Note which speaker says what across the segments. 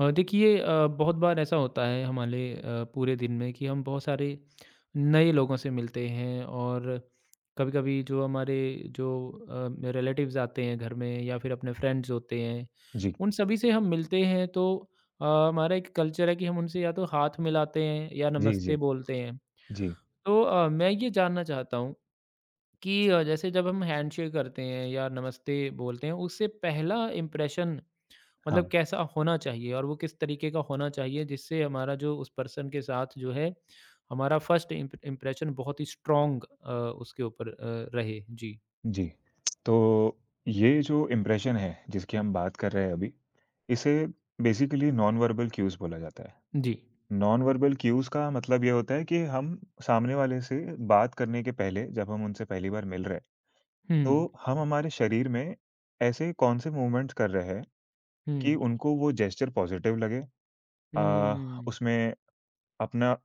Speaker 1: देखिए बहुत बार ऐसा होता है हमारे पूरे दिन में कि हम बहुत सारे नए लोगों से मिलते हैं और कभी-कभी जो हमारे जो रिलेटिव्स आते हैं घर में या फिर अपने फ्रेंड्स होते हैं
Speaker 2: जी,
Speaker 1: उन सभी से हम मिलते हैं तो हमारा एक कल्चर है कि हम उनसे या तो हाथ मिलाते हैं या
Speaker 2: जी,
Speaker 1: नमस्ते
Speaker 2: जी,
Speaker 1: बोलते हैं।
Speaker 2: जी,
Speaker 1: तो मैं ये जानना चाहता हूँ कि जैसे जब हम हैंडशेक करते हैं या नमस्ते बोलते हैं उससे पहला इम्प्रेशन मतलब
Speaker 2: हाँ,
Speaker 1: कैसा होना चाहिए और वो किस तरीके का होना चाहिए जिससे हमारा जो उस पर्सन के साथ जो है हमारा फर्स्ट इम्प्रेशन बहुत ही स्ट्रॉन्ग उसके ऊपर रहे। जी।
Speaker 2: जी। तो ये जो इम्प्रेशन है, जिसकी हम बात कर रहे हैं अभी, इसे बेसिकली नॉन वर्बल क्यूज़ बोला जाता है।
Speaker 1: जी।
Speaker 2: नॉन वर्बल क्यूज़ का मतलब ये होता है कि हम सामने वाले से बात करने के पहले, जब हम उनसे पहली बार मिल रहे हैं,
Speaker 1: हम्म।
Speaker 2: तो हम हमारे शरीर में ऐसे कौन से मूवमेंट्स कर रहे हैं कि
Speaker 1: हम्म।
Speaker 2: उनको वो जेस्चर पॉज़िटिव लगे अ,
Speaker 1: हम्म।
Speaker 2: उसमें अपना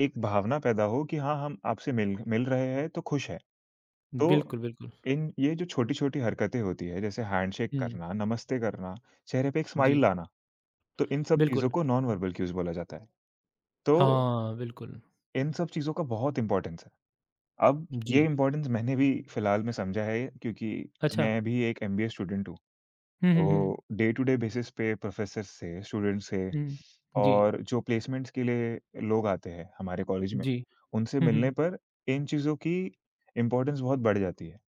Speaker 2: एक भावना पैदा हो कि हाँ, हम आपसे मिल मिल रहे हैं, तो खुश हैं। तो,
Speaker 1: बिल्कुल बिल्कुल।
Speaker 2: इन ये जो छोटी-छोटी हरकतें होती हैं, जैसे हैंडशेक
Speaker 1: हम्म।
Speaker 2: करना, नमस्ते करना, चेहरे पे एक स्माइल
Speaker 1: जी।
Speaker 2: लाना, तो इन सब चीज़ों
Speaker 1: बिल्कुल।
Speaker 2: को नॉन वर्बल क्यूज़ बोला जाता है। तो
Speaker 1: हाँ बिल्कुल।
Speaker 2: इन सब चीज़ों का बहुत इम्पोर्टेंस है। अब
Speaker 1: जी।
Speaker 2: ये इम्पोर्टेंस मैंने भी फिलहाल में समझा है क्योंकि
Speaker 1: अच्छा।
Speaker 2: मैं भी एक एमबीए स्टूडेंट हूँ।
Speaker 1: हम्म।
Speaker 2: तो डे टू डे बेसिस पे प्रोफ़ेसर से, स्टूडेंट से
Speaker 1: हम्म, जी।
Speaker 2: और जो प्लेसमेंट्स के लिए लोग आते हैं हमारे कॉलेज में,
Speaker 1: जी।
Speaker 2: उनसे
Speaker 1: हम्म।
Speaker 2: मिलने पर इन चीज़ों की इम्पोर्टेंस बहुत बढ़ जाती है।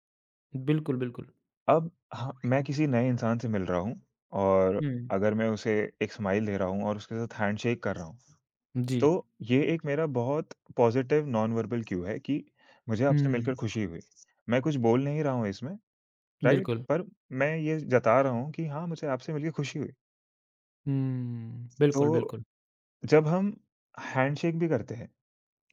Speaker 1: बिल्कुल बिल्कुल।
Speaker 2: अब हाँ, मैं किसी नए इंसान से मिल रहा हूँ और
Speaker 1: हम्म।
Speaker 2: अगर मैं उसे एक स्माइल दे रहा हूँ और उसके साथ हैंडशेक कर रहा हूँ,
Speaker 1: जी।
Speaker 2: तो ये एक मेरा बहुत पॉज़िटिव नॉन वर्बल क्यू है कि मुझे आपसे
Speaker 1: हम्म।
Speaker 2: मिलकर खुशी हुई। मैं कुछ बोल नहीं रहा हूँ इसमें, राइट?
Speaker 1: बिल्कुल।
Speaker 2: पर मैं ये जता रहा हूँ कि हाँ, मुझे आपसे मिलके खुशी हुई।
Speaker 1: हम्म। बिल्कुल
Speaker 2: तो
Speaker 1: बिल्कुल।
Speaker 2: जब हम हैंडशेक भी करते हैं,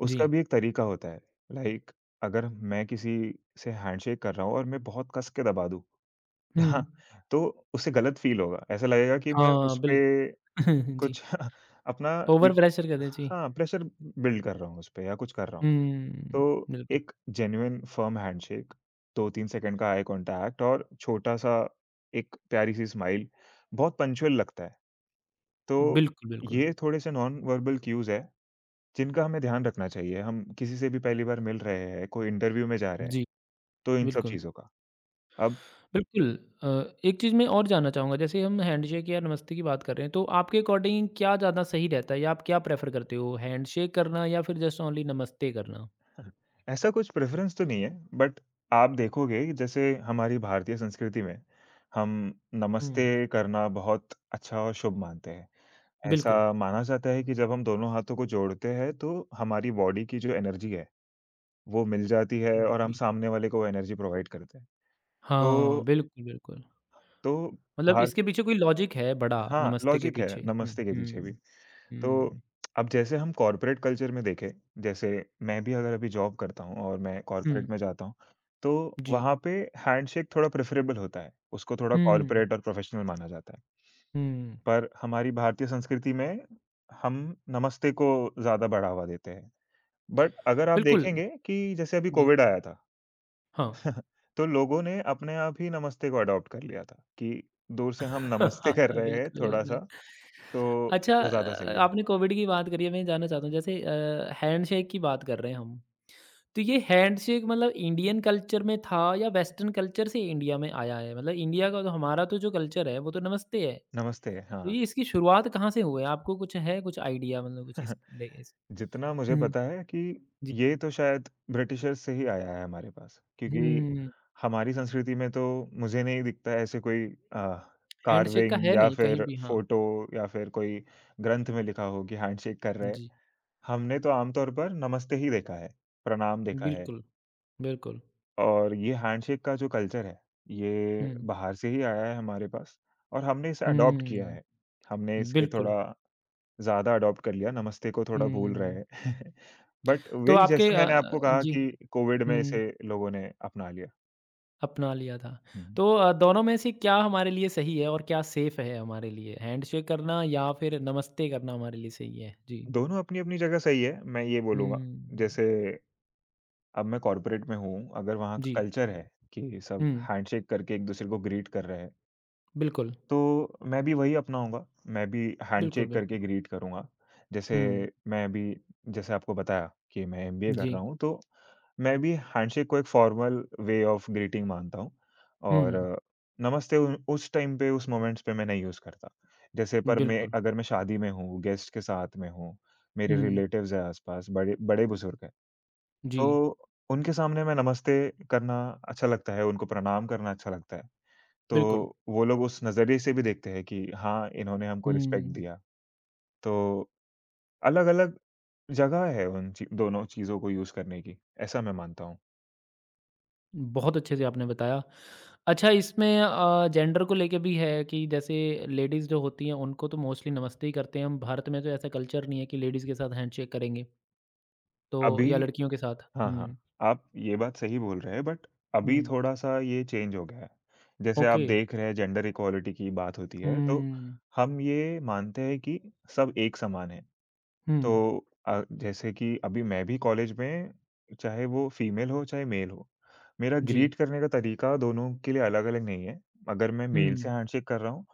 Speaker 1: जी।
Speaker 2: उसका भी एक तरीका होता है। लाइक अगर मैं किसी से हैंडशेक कर रहा हूँ और मैं बहुत कस के दबा दूँ,
Speaker 1: हम्म।
Speaker 2: हाँ, तो उसे गलत फ़ील होगा। ऐसा लगेगा कि मैं
Speaker 1: हाँ,
Speaker 2: उसपे
Speaker 1: बिल्क जी,
Speaker 2: कुछ अपना
Speaker 1: ओवर
Speaker 2: एक
Speaker 1: प्रेशर कर दें, जी।
Speaker 2: हाँ, प्रेशर बिल्ड कर रहा हूँ उसपे या कुछ कर रहा हूँ।
Speaker 1: हुँ,
Speaker 2: तो
Speaker 1: बिल्कुल,
Speaker 2: एक जेन्युइन फ़र्म हैंडशेक, 2-3 सेकंड का आई कॉन्टैक्ट और छोटा-सा एक प्यारी-सी स्माइल बहुत पंक्चुअल लगता है। तो
Speaker 1: बिल्कुल, बिल्कुल।
Speaker 2: ये थोड़े-से नॉन वर्बल क्यूज़ हैं, जिनका हमें ध्यान रखना चाहिए। हम किसी से भी पहली बार मिल रहे हैं, कोई इंटरव्यू में जा रहे हैं,
Speaker 1: जी,
Speaker 2: तो इन सब
Speaker 1: बिल्कुल,
Speaker 2: चीज़ों का। अब
Speaker 1: बिल्कुल। अ, एक चीज़ मैं और जानना चाहूँगा, जैसे हम हैंडशेक या नमस्ते की बात कर रहे हैं, तो आपके अकॉर्डिंग क्या ज़्यादा सही रहता है या आप क्या प्रेफ़र करते हो, हैंडशेक करना या फिर जस्ट ओनली नमस्ते करना?
Speaker 2: ऐसा कुछ प्रेफ़रेंस तो नहीं है, बट आप देखोगे कि जैसे हमारी भारतीय संस्कृति में हम नमस्ते
Speaker 1: हुँ,
Speaker 2: करना बहुत अच्छा और शुभ मानते हैं।
Speaker 1: बिल्कुल,
Speaker 2: ऐसा माना जाता है कि जब हम दोनों हाथों को जोड़ते हैं तो हमारी बॉडी की जो एनर्जी है, वो मिल जाती है और हम
Speaker 1: जी।
Speaker 2: सामने वाले को एनर्जी प्रोवाइड करते हैं।
Speaker 1: हाँ,
Speaker 2: तो
Speaker 1: बिल्कुल, बिल्कुल।
Speaker 2: तो
Speaker 1: मतलब
Speaker 2: भारत
Speaker 1: इसके पीछे कोई लॉजिक है बड़ा,
Speaker 2: हाँ,
Speaker 1: नमस्ते के
Speaker 2: लॉजिक है
Speaker 1: पीछे। हुँ,
Speaker 2: नमस्ते के पीछे भी।
Speaker 1: हुँ,
Speaker 2: तो
Speaker 1: हुँ,
Speaker 2: अब जैसे हम कॉर्पोरेट कल्चर में देखें, जैसे मैं भी अगर अभी जॉब करता हूँ और मैं
Speaker 1: हुँ,
Speaker 2: कॉर्पोरेट में जाता हूँ, तो
Speaker 1: जी,
Speaker 2: वहाँ पे हैंडशेक थोड़ा प्रेफ़रेबल होता है, उसको थोड़ा
Speaker 1: हुँ,
Speaker 2: कॉर्पोरेट और प्रोफ़ेशनल माना जाता है।
Speaker 1: हुँ,
Speaker 2: पर हमारी भारतीय संस्कृति में हम नमस्ते को ज़्यादा बढ़ावा देते हैं। बट अगर आप
Speaker 1: बिल्कुल,
Speaker 2: देखेंगे कि जैसे अभी
Speaker 1: जी।
Speaker 2: कोविड आया था,
Speaker 1: हाँ।
Speaker 2: तो लोगों ने अपने आप ही नमस्ते को अडॉप्ट कर लिया था कि दूर से हम नमस्ते कर रहे हैं
Speaker 1: बिल्कुल,
Speaker 2: थोड़ा-सा,
Speaker 1: बिल्कुल।
Speaker 2: तो
Speaker 1: अच्छा
Speaker 2: वो ज़्यादा सही है।
Speaker 1: आपने कोविड की बात करी है, मैं ये जानना चाहता हूँ जैसे हैंडशेक की बात कर रहे हैं हम। तो ये हैंडशेक मतलब इंडियन कल्चर में था या वेस्टर्न कल्चर से इंडिया में आया है? मतलब इंडिया का तो हमारा तो जो कल्चर है वो तो नमस्ते है। तो
Speaker 2: नमस्ते, हाँ।
Speaker 1: ये इसकी शुरुआत कहाँ से हुई है? आपको कुछ है कुछ आइडिया मतलब कुछ इस ले इस
Speaker 2: जितना मुझे
Speaker 1: हुँ,
Speaker 2: पता है कि
Speaker 1: जी।
Speaker 2: ये तो शायद ब्रिटिशर्स से ही आया है हमारे पास, क्योंकि
Speaker 1: हुँ,
Speaker 2: हमारी संस्कृति में तो मुझे नहीं दिखता है ऐसे कोई अ,
Speaker 1: हैंडशेक का
Speaker 2: कार्विंग
Speaker 1: है
Speaker 2: या
Speaker 1: नहीं कहीं
Speaker 2: फिर
Speaker 1: भी हाँ।
Speaker 2: फ़ोटो या फिर कोई ग्रंथ में लिखा हो कि हैंडशेक कर रहे हैं।
Speaker 1: जी,
Speaker 2: हमने तो आमतौर पर नमस्ते ही देखा है, प्रणाम देखा है
Speaker 1: बिल्कुल, बिल्कुल।
Speaker 2: और ये हैंडशेक का जो कल्चर है, ये
Speaker 1: हुँ,
Speaker 2: बाहर से ही आया है हमारे पास और हमने इसे अडॉप्ट किया
Speaker 1: हुँ,
Speaker 2: है। हमने इसे
Speaker 1: बिल्कुल।
Speaker 2: थोड़ा ज़्यादा अडॉप्ट कर लिया, नमस्ते को थोड़ा भूल रहे
Speaker 1: हुँ,
Speaker 2: हैं। बट
Speaker 1: तो
Speaker 2: वही
Speaker 1: आपके
Speaker 2: जैसे मैंने आपको कहा
Speaker 1: जी,
Speaker 2: कि कोविड में
Speaker 1: हुँ,
Speaker 2: इसे लोगों ने अपना लिया।
Speaker 1: अपना लिया था।
Speaker 2: हुँ।
Speaker 1: तो दोनों में से क्या हमारे लिए सही है और क्या सेफ़ है हमारे लिए? हैंडशेक करना या फिर नमस्ते करना हमारे लिए सही है? जी।
Speaker 2: दोनों अपनी-अपनी जगह सही है, मैं ये बोलूँगा।
Speaker 1: हुँ,
Speaker 2: जैसे अब मैं कॉर्पोरेट में हूँ, अगर वहाँ का
Speaker 1: जी,
Speaker 2: कल्चर है कि सब
Speaker 1: हुँ,
Speaker 2: हैंडशेक करके एक-दूसरे को ग्रीट कर रहे हैं।
Speaker 1: बिल्कुल,
Speaker 2: तो मैं भी वही अपनाऊँगा, मैं भी
Speaker 1: बिल्कुल,
Speaker 2: हैंडशेक
Speaker 1: बिल्कुल।
Speaker 2: करके ग्रीट करूँगा। जैसे
Speaker 1: हुँ,
Speaker 2: मैं अभी जैसे आपको बताया कि मैं एमबीए कर
Speaker 1: जी,
Speaker 2: रहा हूँ, तो मैं भी हैंडशेक को एक फॉर्मल वे ऑफ ग्रीटिंग मानता हूँ और
Speaker 1: हुँ,
Speaker 2: नमस्ते उ उस टाइम पे, उस मोमेंट्स पे मैं नहीं यूज़ करता। जैसे पर मैं
Speaker 1: बिल्कुल,
Speaker 2: अगर मैं शादी में हूँ, गेस्ट के साथ में हूँ, मेरे
Speaker 1: हुँ,
Speaker 2: रिलेटिव्स हैं आस-पास, बड़े-बुज़ुर्ग हैं,
Speaker 1: जी,
Speaker 2: तो उनके सामने मैं नमस्ते करना अच्छा लगता है, उनको प्रणाम करना अच्छा लगता है। तो
Speaker 1: बिल्कुल,
Speaker 2: वो लोग उस नज़रिए से भी देखते हैं कि हाँ, इन्होंने हमको रिस्पेक्ट
Speaker 1: हुँ।
Speaker 2: दिया। तो अलग-अलग जगह है उन ची दोनों चीज़ों को यूज़ करने की, ऐसा मैं मानता हूँ।
Speaker 1: बहुत अच्छे से आपने बताया। अच्छा इसमें जेंडर को लेके भी है कि जैसे लेडीज़ जो होती हैं उनको तो मोस्टली नमस्ते ही करते हैं हम, भारत में तो ऐसा कल्चर नहीं है कि लेडीज़ के साथ हैंडशेक करेंगे, तो
Speaker 2: अभी
Speaker 1: या लड़कियों के साथ।
Speaker 2: हाँ, हाँ,
Speaker 1: हुँ,
Speaker 2: आप ये बात सही बोल रहे हैं बट
Speaker 1: हुँ,
Speaker 2: अभी थोड़ा-सा ये चेंज हो गया है। जैसे आप
Speaker 1: ओके।
Speaker 2: देख रहे हैं जेंडर इक्वालिटी की बात होती है, तो
Speaker 1: हुँ,
Speaker 2: हम ये मानते हैं कि सब एक समान हैं।
Speaker 1: हुँ,
Speaker 2: तो जैसे कि अभी मैं भी कॉलेज में चाहे वो फीमेल हो चाहे मेल हो, मेरा
Speaker 1: जी।
Speaker 2: ग्रीट करने का तरीका दोनों के लिए अलग-अलग नहीं है। अगर मैं मेल
Speaker 1: हुँ,
Speaker 2: से हैंडशेक कर रहा हूँ,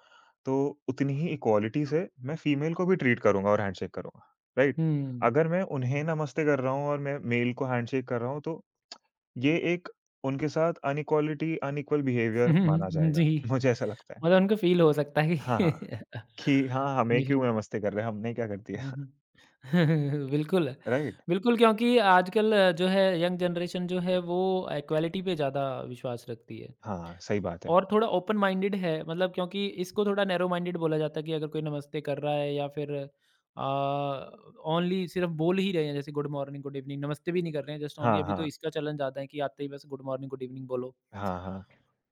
Speaker 2: तो उतनी ही इक्वालिटी से मैं फीमेल को भी ट्रीट करूँगा और हैंडशेक करूँगा, राइट?
Speaker 1: हुँ,
Speaker 2: अगर मैं उन्हें नमस्ते कर रहा हूँ और मैं मेल को हैंडशेक कर रहा हूँ, तो ये एक उनके साथ अनइक्वालिटी अनइक्वल बिहेवियर माना जाएगा,
Speaker 1: जी,
Speaker 2: मुझे ऐसा लगता है।
Speaker 1: मतलब उनको फ़ील हो सकता है
Speaker 2: हाँ,
Speaker 1: कि
Speaker 2: हाँ, कि हाँ, हमें
Speaker 1: जी।
Speaker 2: क्यों नमस्ते कर रहे हैं, हमने क्या कर दिया,
Speaker 1: हुँ, हुँ। बिल्कुल,
Speaker 2: राइट?
Speaker 1: बिल्कुल क्योंकि आजकल जो है यंग जनरेशन जो है वो इक्वालिटी पे ज़्यादा विश्वास रखती है
Speaker 2: हाँ, सही बात है।
Speaker 1: और थोड़ा ओपन माइंडेड है मतलब क्योंकि इसको थोड़ा नैरो माइंडेड बोला जाता है कि अगर कोई नमस्ते कर रहा है या फिर अ, ओनली सिर्फ बोल ही रहे हैं जैसे गुड मॉर्निंग, गुड इवनिंग, नमस्ते भी नहीं कर रहे हैं जस्ट ओनली
Speaker 2: हाँ,
Speaker 1: अभी तो
Speaker 2: हाँ।
Speaker 1: इसका चलन ज़्यादा है कि आते ही बस गुड मॉर्निंग, गुड इवनिंग बोलो।
Speaker 2: हाँ, हाँ।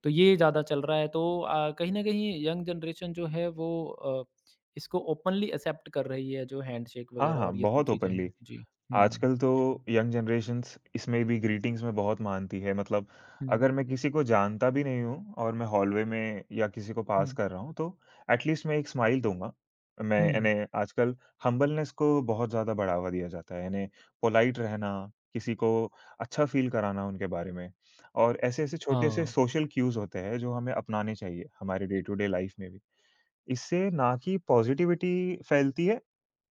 Speaker 1: तो ये ज़्यादा चल रहा है तो कहीं न कहीं यंग जनरेशन जो है वो इसको ओपनली एक्सेप्ट कर रही है जो हैंडशेक
Speaker 2: हाँ,
Speaker 1: वगैरह
Speaker 2: हाँ,
Speaker 1: और ये सब
Speaker 2: बहुत
Speaker 1: चीज़ें
Speaker 2: ओपनली।
Speaker 1: हैं। जी। हुँ,
Speaker 2: आजकल तो यंग जनरेशन्स इसमें भी ग्रीटिंग्स में बहुत मानती है। मतलब
Speaker 1: हुँ,
Speaker 2: अगर मैं किसी को जानता भी नहीं हूँ और मैं हॉलवे में या किसी को पास
Speaker 1: हुँ,
Speaker 2: कर रहा हूँ, तो एटलीस्ट मैं एक स्माइल दूँगा। मैं
Speaker 1: हुँ।
Speaker 2: यानी आजकल हम्बलनेस को बहुत ज़्यादा बढ़ावा दिया जाता है, यानी पोलाइट रहना, किसी को अच्छा फ़ील कराना उनके बारे में। और ऐसे-ऐसे छोटे से
Speaker 1: हाँ,
Speaker 2: सोशल क्यूज़ होते हैं, जो हमें अपनाने चाहिए हमारे डे टू डे लाइफ़ में भी। इससे ना कि पॉज़िटिविटी फैलती है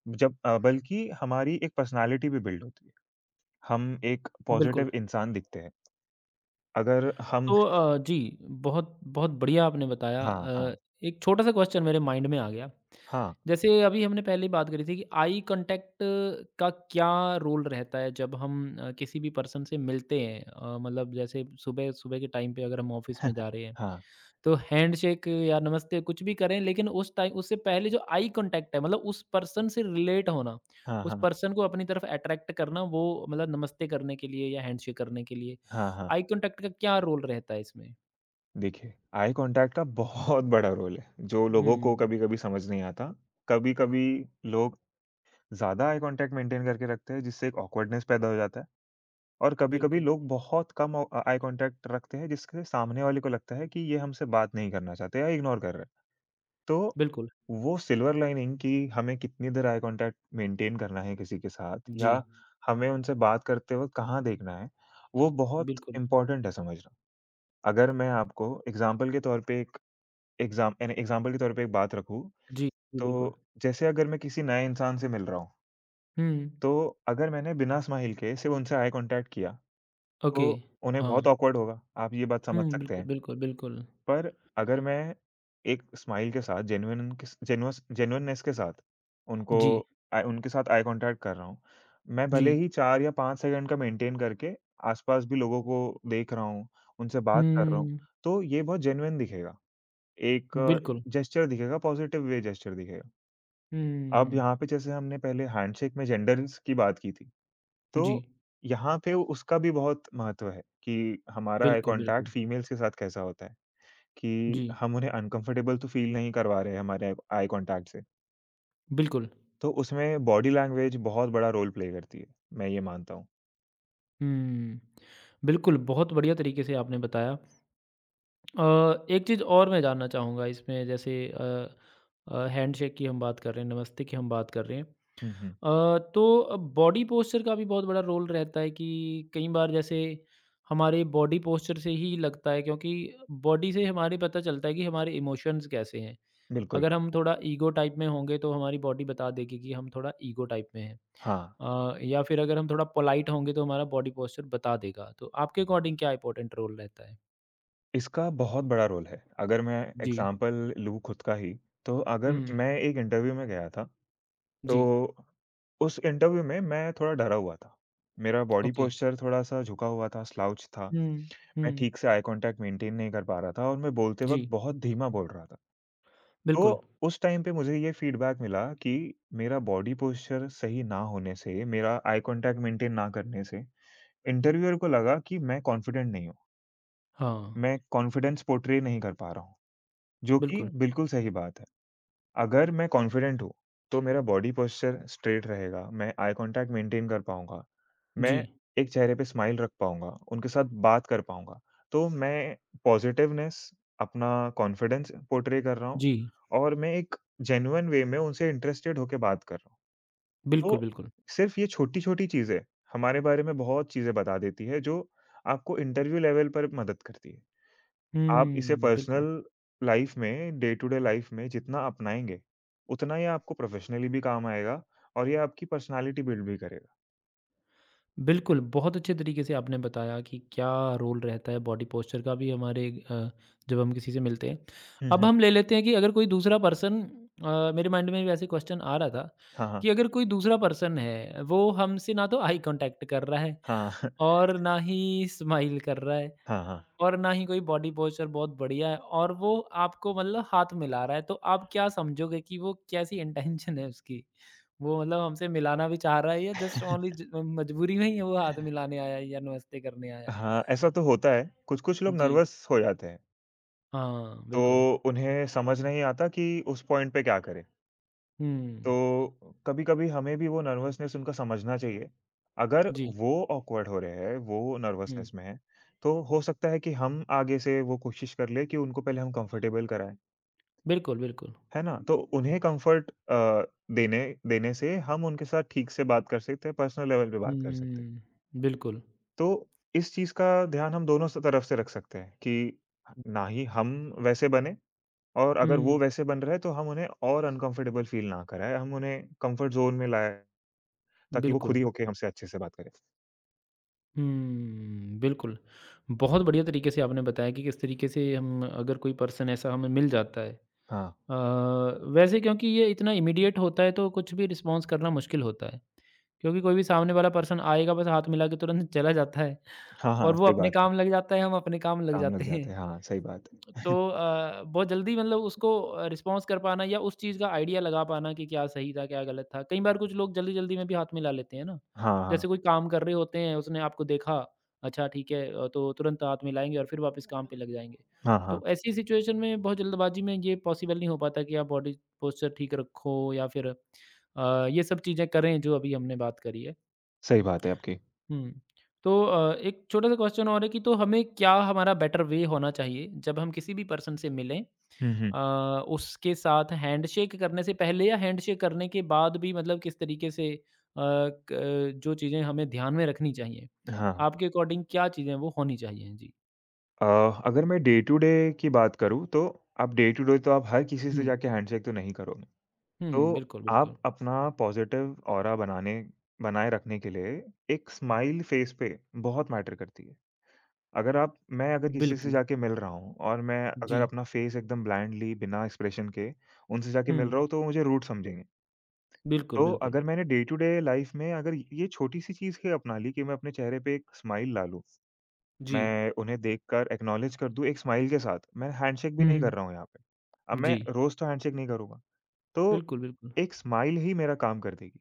Speaker 2: बल्कि हमारी एक पर्सनैलिटी भी बिल्ड होती है। हम एक
Speaker 1: बिल्कुल।
Speaker 2: पॉज़िटिव इंसान दिखते हैं। अगर हम
Speaker 1: तो जी, बहुत बहुत बढ़िया आपने बताया।
Speaker 2: हाँ, हाँ,
Speaker 1: एक छोटा-सा क्वेश्चन मेरे माइंड में आ गया।
Speaker 2: हाँ।
Speaker 1: जैसे अभी हमने पहले बात करी थी कि आई कॉन्टैक्ट का क्या रोल रहता है जब हम किसी भी पर्सन से मिलते हैं? मतलब जैसे सुबह सुबह के टाइम पे अगर हम ऑफ़िस में जा रहे हैं
Speaker 2: हाँ,
Speaker 1: तो हैंडशेक या नमस्ते कुछ भी करें लेकिन उस टाइम उससे पहले जो आई कांटेक्ट है मतलब उस पर्सन से रिलेट होना,
Speaker 2: हाँ,
Speaker 1: उस
Speaker 2: हाँ,
Speaker 1: पर्सन को अपनी तरफ अट्रैक्ट करना वो मतलब नमस्ते करने के लिए या हैंडशेक करने के लिए,
Speaker 2: हाँ, हाँ।
Speaker 1: आई कांटेक्ट का क्या रोल रहता है इसमें?
Speaker 2: देखिए, आई कॉन्टैक्ट का बहुत बड़ा रोल है, जो लोगों को
Speaker 1: हुँ,
Speaker 2: कभी-कभी समझ नहीं आता। कभी-कभी लोग ज़्यादा आई कॉन्टैक्ट मेंटेन करके रखते हैं, जिससे एक ऑकवर्डनेस पैदा हो जाता है और कभी-कभी
Speaker 1: बिल्कुल,
Speaker 2: लोग बहुत कम आई कॉन्टैक्ट रखते हैं, जिसके सामने वाले को लगता है कि ये हमसे बात नहीं करना चाहते या इग्नोर कर रहे हैं। तो
Speaker 1: बिल्कुल।
Speaker 2: वो सिल्वर लाइनिंग कि हमें कितनी देर आई कॉन्टैक्ट मेंटेन करना है किसी के साथ या
Speaker 1: जी,
Speaker 2: हमें उनसे बात करते वक़्त कहाँ देखना है, वो बहुत
Speaker 1: बिल्कुल।
Speaker 2: इम्पोर्टेंट है समझना। अगर मैं आपको एग्ज़ाम्पल के तौर पे एक एग्ज़ाम्पल के तौर पे एक बात रखूँ,
Speaker 1: जी, जी, बिल्कुल।
Speaker 2: तो जैसे अगर मैं किसी नए इंसान से मिल रहा हूँ,
Speaker 1: हुँ,
Speaker 2: तो अगर मैंने बिना स्माइल के सिर्फ़ उनसे आई कॉन्टैक्ट किया,
Speaker 1: ओके।
Speaker 2: तो उन्हें
Speaker 1: हाँ।
Speaker 2: बहुत ऑकवर्ड होगा, आप ये बात
Speaker 1: हुँ,
Speaker 2: समझ सकते
Speaker 1: बिल्कुल,
Speaker 2: हैं।
Speaker 1: बिल्कुल, बिल्कुल।
Speaker 2: पर अगर मैं एक स्माइल के साथ जेन्युइननेस के साथ उनको
Speaker 1: जी,
Speaker 2: आई उनके साथ आई कॉन्टैक्ट कर रहा हूँ। मैं
Speaker 1: जी।
Speaker 2: भले ही 4 या 5 सेकंड का मेंटेन करके आस-पास भी लोगों को देख रहा हूँ, उनसे बात कर रहा हूँ,
Speaker 1: हुँ,
Speaker 2: तो ये बहुत जेन्युइन दिखेगा। एक
Speaker 1: बिल्कुल।
Speaker 2: जेस्चर दिखेगा, पॉज़िटिव वे जेस्चर दिखेगा। अब
Speaker 1: हुँ,
Speaker 2: यहाँ पे जैसे हमने पहले हैंडशेक में जेंडर्स की बात की थी,
Speaker 1: जी,
Speaker 2: तो यहाँ पे उसका भी बहुत महत्व है कि हमारा आई
Speaker 1: बिल्कुल,
Speaker 2: कॉन्टैक्ट
Speaker 1: बिल्कुल।
Speaker 2: फीमेल्स के साथ कैसा होता है। कि
Speaker 1: जी,
Speaker 2: हम उन्हें अनकंफर्टेबल तो फ़ील नहीं करवा रहे हैं हमारे आई कॉन्टैक्ट से।
Speaker 1: बिल्कुल।
Speaker 2: तो उसमें बॉडी लैंग्वेज बहुत बड़ा रोल प्ले करती है, मैं ये मानता हूँ।
Speaker 1: हुँ। बिल्कुल, बहुत बढ़िया तरीके से आपने बताया। एक चीज़ और मैं जानना चाहूँगा इसमें जैसे हैंडशेक की हम बात कर रहे हैं, नमस्ते की हम बात कर रहे हैं।
Speaker 2: हुँ, हुँ।
Speaker 1: तो बॉडी पोस्चर का भी बहुत बड़ा रोल रहता है कि कई बार जैसे हमारे बॉडी पोस्चर से ही लगता है क्योंकि बॉडी से हमारे पता चलता है कि हमारे इमोशंस कैसे हैं।
Speaker 2: बिल्कुल।
Speaker 1: अगर हम थोड़ा ईगो टाइप में होंगे तो हमारी बॉडी बता देगी कि हम थोड़ा ईगो टाइप में हैं
Speaker 2: हाँ,
Speaker 1: या फिर अगर हम थोड़ा पोलाइट होंगे तो हमारा बॉडी पोस्चर बता देगा तो आपके अकॉर्डिंग क्या इंपॉर्टेंट रोल रहता है?
Speaker 2: इसका बहुत बड़ा रोल है। अगर मैं
Speaker 1: जी।
Speaker 2: एग्ज़ाम्पल लूँ खुद का ही, तो अगर
Speaker 1: हुँ,
Speaker 2: मैं एक इंटरव्यू में गया था,
Speaker 1: जी,
Speaker 2: तो उस इंटरव्यू में मैं थोड़ा डरा हुआ था। मेरा बॉडी
Speaker 1: ओके।
Speaker 2: पोस्चर थोड़ा-सा झुका हुआ था, स्लाउच था।
Speaker 1: हुँ,
Speaker 2: मैं
Speaker 1: हुँ,
Speaker 2: ठीक से आई कॉन्टैक्ट मेंटेन नहीं कर पा रहा था और मैं बोलते
Speaker 1: जी,
Speaker 2: वक़्त बहुत धीमा बोल रहा था। तो
Speaker 1: बिल्कुल।
Speaker 2: उस टाइम पे मुझे ये फीडबैक मिला कि मेरा बॉडी पोस्चर सही ना होने से, मेरा आई कॉन्टैक्ट मेंटेन ना करने से, इंटरव्यूअर को लगा कि मैं कॉन्फिडेंट नहीं हूँ।
Speaker 1: हाँ,
Speaker 2: मैं कॉन्फिडेंस पोर्ट्रे नहीं कर पा रहा हूँ, जो कि
Speaker 1: बिल्कुल।
Speaker 2: बिल्कुल सही बात है। अगर मैं कॉन्फिडेंट हूँ, तो मेरा बॉडी पोस्चर स्ट्रेट रहेगा, मैं आई कॉन्टैक्ट मेंटेन कर पाऊँगा, मैं
Speaker 1: जी,
Speaker 2: एक चेहरे पे स्माइल रख पाऊँगा, उनके साथ बात कर पाऊँगा। तो मैं पॉज़िटिवनेस, अपना कॉन्फिडेंस पोर्ट्रे कर रहा हूँ
Speaker 1: जी,
Speaker 2: और मैं एक जेन्युइन वे में उनसे इंटरेस्टेड होके बात कर रहा हूँ।
Speaker 1: बिल्कुल,
Speaker 2: तो
Speaker 1: बिल्कुल।
Speaker 2: सिर्फ़ ये छोटी-छोटी चीज़ें हमारे बारे में बहुत चीज़ें बता देती है, जो आपको इंटरव्यू लेवल पर मदद करती है। आप इसे
Speaker 1: हुँ, बिल्कुल।
Speaker 2: पर्सनल लाइफ में, डे टू डे लाइफ में जितना अपनाएँगे, उतना ये आपको प्रोफ़ेशनली भी काम आएगा और ये आपकी पर्सनैलिटी बिल्ड भी करेगा।
Speaker 1: बिल्कुल, बहुत अच्छे तरीके से आपने बताया कि क्या रोल रहता है बॉडी पोस्चर का भी हमारे अ, जब हम किसी से मिलते हैं।
Speaker 2: हुँ,
Speaker 1: अब
Speaker 2: हुँ।
Speaker 1: हम ले लेते हैं कि अगर कोई दूसरा पर्सन मेरे माइंड में भी ऐसे क्वेश्चन आ रहा था
Speaker 2: हाँ, हाँ।
Speaker 1: कि अगर कोई दूसरा पर्सन है, वो हमसे ना तो आई कॉन्टैक्ट कर रहा है
Speaker 2: हाँ,
Speaker 1: और ना ही स्माइल कर रहा है
Speaker 2: हाँ, हाँ।
Speaker 1: और ना ही कोई बॉडी पोस्चर बहुत बढ़िया है और वो आपको मतलब हाथ मिला रहा है, तो आप क्या समझोगे कि वो कैसी इंटेंशन है उसकी? वो मतलब हमसे मिलाना भी चाह रहा है या जस्ट ओनली ज मजबूरी में ही है वो हाथ मिलाने आया है या नमस्ते करने आया है?
Speaker 2: हाँ, ऐसा तो होता है। कुछ-कुछ लोग
Speaker 1: जी।
Speaker 2: नर्वस हो जाते हैं,
Speaker 1: हाँ, बिल्कुल।
Speaker 2: तो उन्हें समझ नहीं आता कि उस पॉइंट पे क्या करें।
Speaker 1: हुँ।
Speaker 2: तो कभी-कभी हमें भी वो नर्वसनेस उनका समझना चाहिए। अगर
Speaker 1: जी।
Speaker 2: वो ऑकवर्ड हो रहे हैं, वो
Speaker 1: हुँ।
Speaker 2: नर्वसनेस में हैं, तो हो सकता है कि हम आगे से वो कोशिश कर लें कि उनको पहले हम कंफर्टेबल कराएँ।
Speaker 1: बिल्कुल, बिल्कुल।
Speaker 2: है ना? तो उन्हें कम्फ़र्ट देने देने से हम उनके साथ ठीक से बात कर सकते हैं, पर्सनल लेवल पे बात कर सकते हैं।
Speaker 1: हुँ, बिल्कुल।
Speaker 2: तो इस चीज़ का ध्यान हम दोनों स तरफ से रख सकते हैं कि ना ही हम वैसे बने और अगर
Speaker 1: हुँ,
Speaker 2: वो वैसे बन रहे हैं तो हम उन्हें और अनकम्फ़र्टेबल फ़ील ना कराएँ, हम उन्हें कम्फ़र्ट ज़ोन में लाएँ ताकि वो खुद
Speaker 1: बिल्कुल।
Speaker 2: ही होके हमसे अच्छे से बात करें।
Speaker 1: हुँ, बिल्कुल। बहुत बढ़िया तरीके से आपने बताया कि किस तरीके से हम अगर कोई पर्सन ऐसा हमें मिल जाता है।
Speaker 2: हाँ।
Speaker 1: वैसे क्योंकि ये इतना इमीडिएट होता है तो कुछ भी रिस्पॉन्स करना मुश्किल होता है। क्योंकि कोई भी सामने वाला पर्सन आएगा बस हाथ मिला के तुरंत चला जाता है
Speaker 2: हाँ, हाँ,
Speaker 1: और वो
Speaker 2: सही
Speaker 1: अपने
Speaker 2: बात है।
Speaker 1: काम लग जाता है, हम अपने काम लग
Speaker 2: काम लग
Speaker 1: जाते हैं।
Speaker 2: जाते हैं। हाँ, सही बात है।
Speaker 1: तो बहुत जल्दी मतलब उसको रिस्पॉन्स कर पाना या उस चीज़ का आइडिया लगा पाना कि क्या सही था, क्या गलत था। कई बार कुछ लोग जल्दी-जल्दी में भी हाथ मिला लेते हैं ना,
Speaker 2: हाँ, हाँ।
Speaker 1: जैसे कोई काम कर रहे होते हैं, उसने आपको देखा, अच्छा ठीक है तो तुरंत हाथ मिलाएँगे और फिर वापस काम पे लग जाएँगे।
Speaker 2: हाँ,
Speaker 1: तो
Speaker 2: हाँ।
Speaker 1: ऐसी सिचुएशन में बहुत जल्दबाज़ी में ये पॉसिबल नहीं हो पाता कि आप बॉडी पोस्चर ठीक रखो या फिर ये सब चीज़ें करें जो अभी हमने बात करी है।
Speaker 2: सही बात है आपकी।
Speaker 1: हुँ। तो एक छोटा-सा क्वेश्चन और है कि तो हमें क्या हमारा बेटर वे होना चाहिए जब हम किसी भी पर्सन से मिलें?
Speaker 2: हुँ, हुँ।
Speaker 1: अ, उसके साथ हैंडशेक करने से पहले या हैंडशेक करने के बाद भी मतलब किस तरीके से जो चीज़ें हमें ध्यान में रखनी चाहिए?
Speaker 2: हाँ, हाँ।
Speaker 1: आपके अकॉर्डिंग क्या चीज़ें वो होनी चाहिए? जी।
Speaker 2: अ, अगर मैं डे टू डे की बात करूँ तो आप डे टू डे तो आप हर किसी से
Speaker 1: हुँ,
Speaker 2: जाके हैंडशेक तो नहीं करोगे। तो
Speaker 1: हुँ, बिल्कुल,
Speaker 2: आप
Speaker 1: बिल्कुल।
Speaker 2: अपना पॉज़िटिव ऑरा बनाने बनाए रखने के लिए एक स्माइल फ़ेस पे बहुत मैटर करती है। अगर आप मैं अगर किसी से
Speaker 1: बिल्कुल,
Speaker 2: जाके मिल रहा हूँ और मैं
Speaker 1: जी।
Speaker 2: अगर अपना फ़ेस एकदम ब्लैंडली बिना एक्सप्रेशन के उनसे जाके मिल
Speaker 1: हुँ,
Speaker 2: रहा हूँ तो मुझे रूड समझेंगे।
Speaker 1: बिल्कुल,
Speaker 2: तो
Speaker 1: बिल्कुल।
Speaker 2: अगर मैंने डे टू डे लाइफ़ में अगर ये छोटी-सी चीज़ ही अपना ली कि मैं अपने चेहरे पे एक स्माइल ला लूँ।
Speaker 1: जी।
Speaker 2: मैं उन्हें देखकर एक्नॉलेज कर दूँ एक स्माइल के साथ, मैं हैंडशेक भी
Speaker 1: हुँ,
Speaker 2: नहीं कर
Speaker 1: हुँ।
Speaker 2: रहा हूँ यहाँ पे। अब
Speaker 1: जी,
Speaker 2: मैं रोज़ तो हैंडशेक नहीं करूँगा, तो
Speaker 1: बिल्कुल, बिल्कुल।
Speaker 2: एक स्माइल ही मेरा काम कर देगी,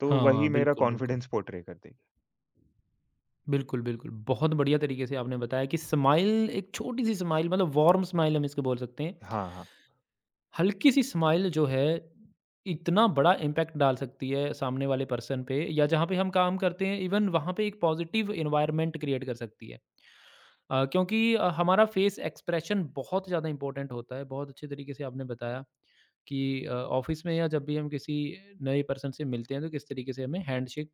Speaker 2: तो
Speaker 1: हाँ,
Speaker 2: वही मेरा
Speaker 1: बिल्कुल, बिल्कुल।
Speaker 2: कॉन्फिडेंस पोर्ट्रे कर देगी।
Speaker 1: बिल्कुल, बिल्कुल। बहुत बढ़िया तरीके से आपने बताया कि स्माइल एक छोटी-सी स्माइल मतलब वार्म स्माइल हम इसको बोल सकते हैं।
Speaker 2: हाँ, हाँ।
Speaker 1: हल्की-सी स्माइल जो है इतना बड़ा इम्पैक्ट डाल सकती है सामने वाले पर्सन पे या जहाँ पे हम काम करते हैं इवन वहाँ पे एक पॉजिटिव एनवायरनमेंट क्रिएट कर सकती है। क्योंकि हमारा फेस एक्सप्रेशन बहुत ज़्यादा इम्पोर्टेंट होता है। बहुत अच्छे तरीके से आपने बताया कि ऑफ़िस में या जब भी हम किसी नए पर्सन से मिलते हैं तो किस तरीके से हमें हैंडशेक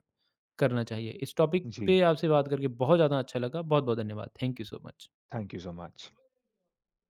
Speaker 1: करना चाहिए। इस टॉपिक
Speaker 2: जी,
Speaker 1: पे आपसे बात करके बहुत ज़्यादा अच्छा लगा। बहुत-बहुत धन्यवाद। Thank you so much.
Speaker 2: Thank you so much.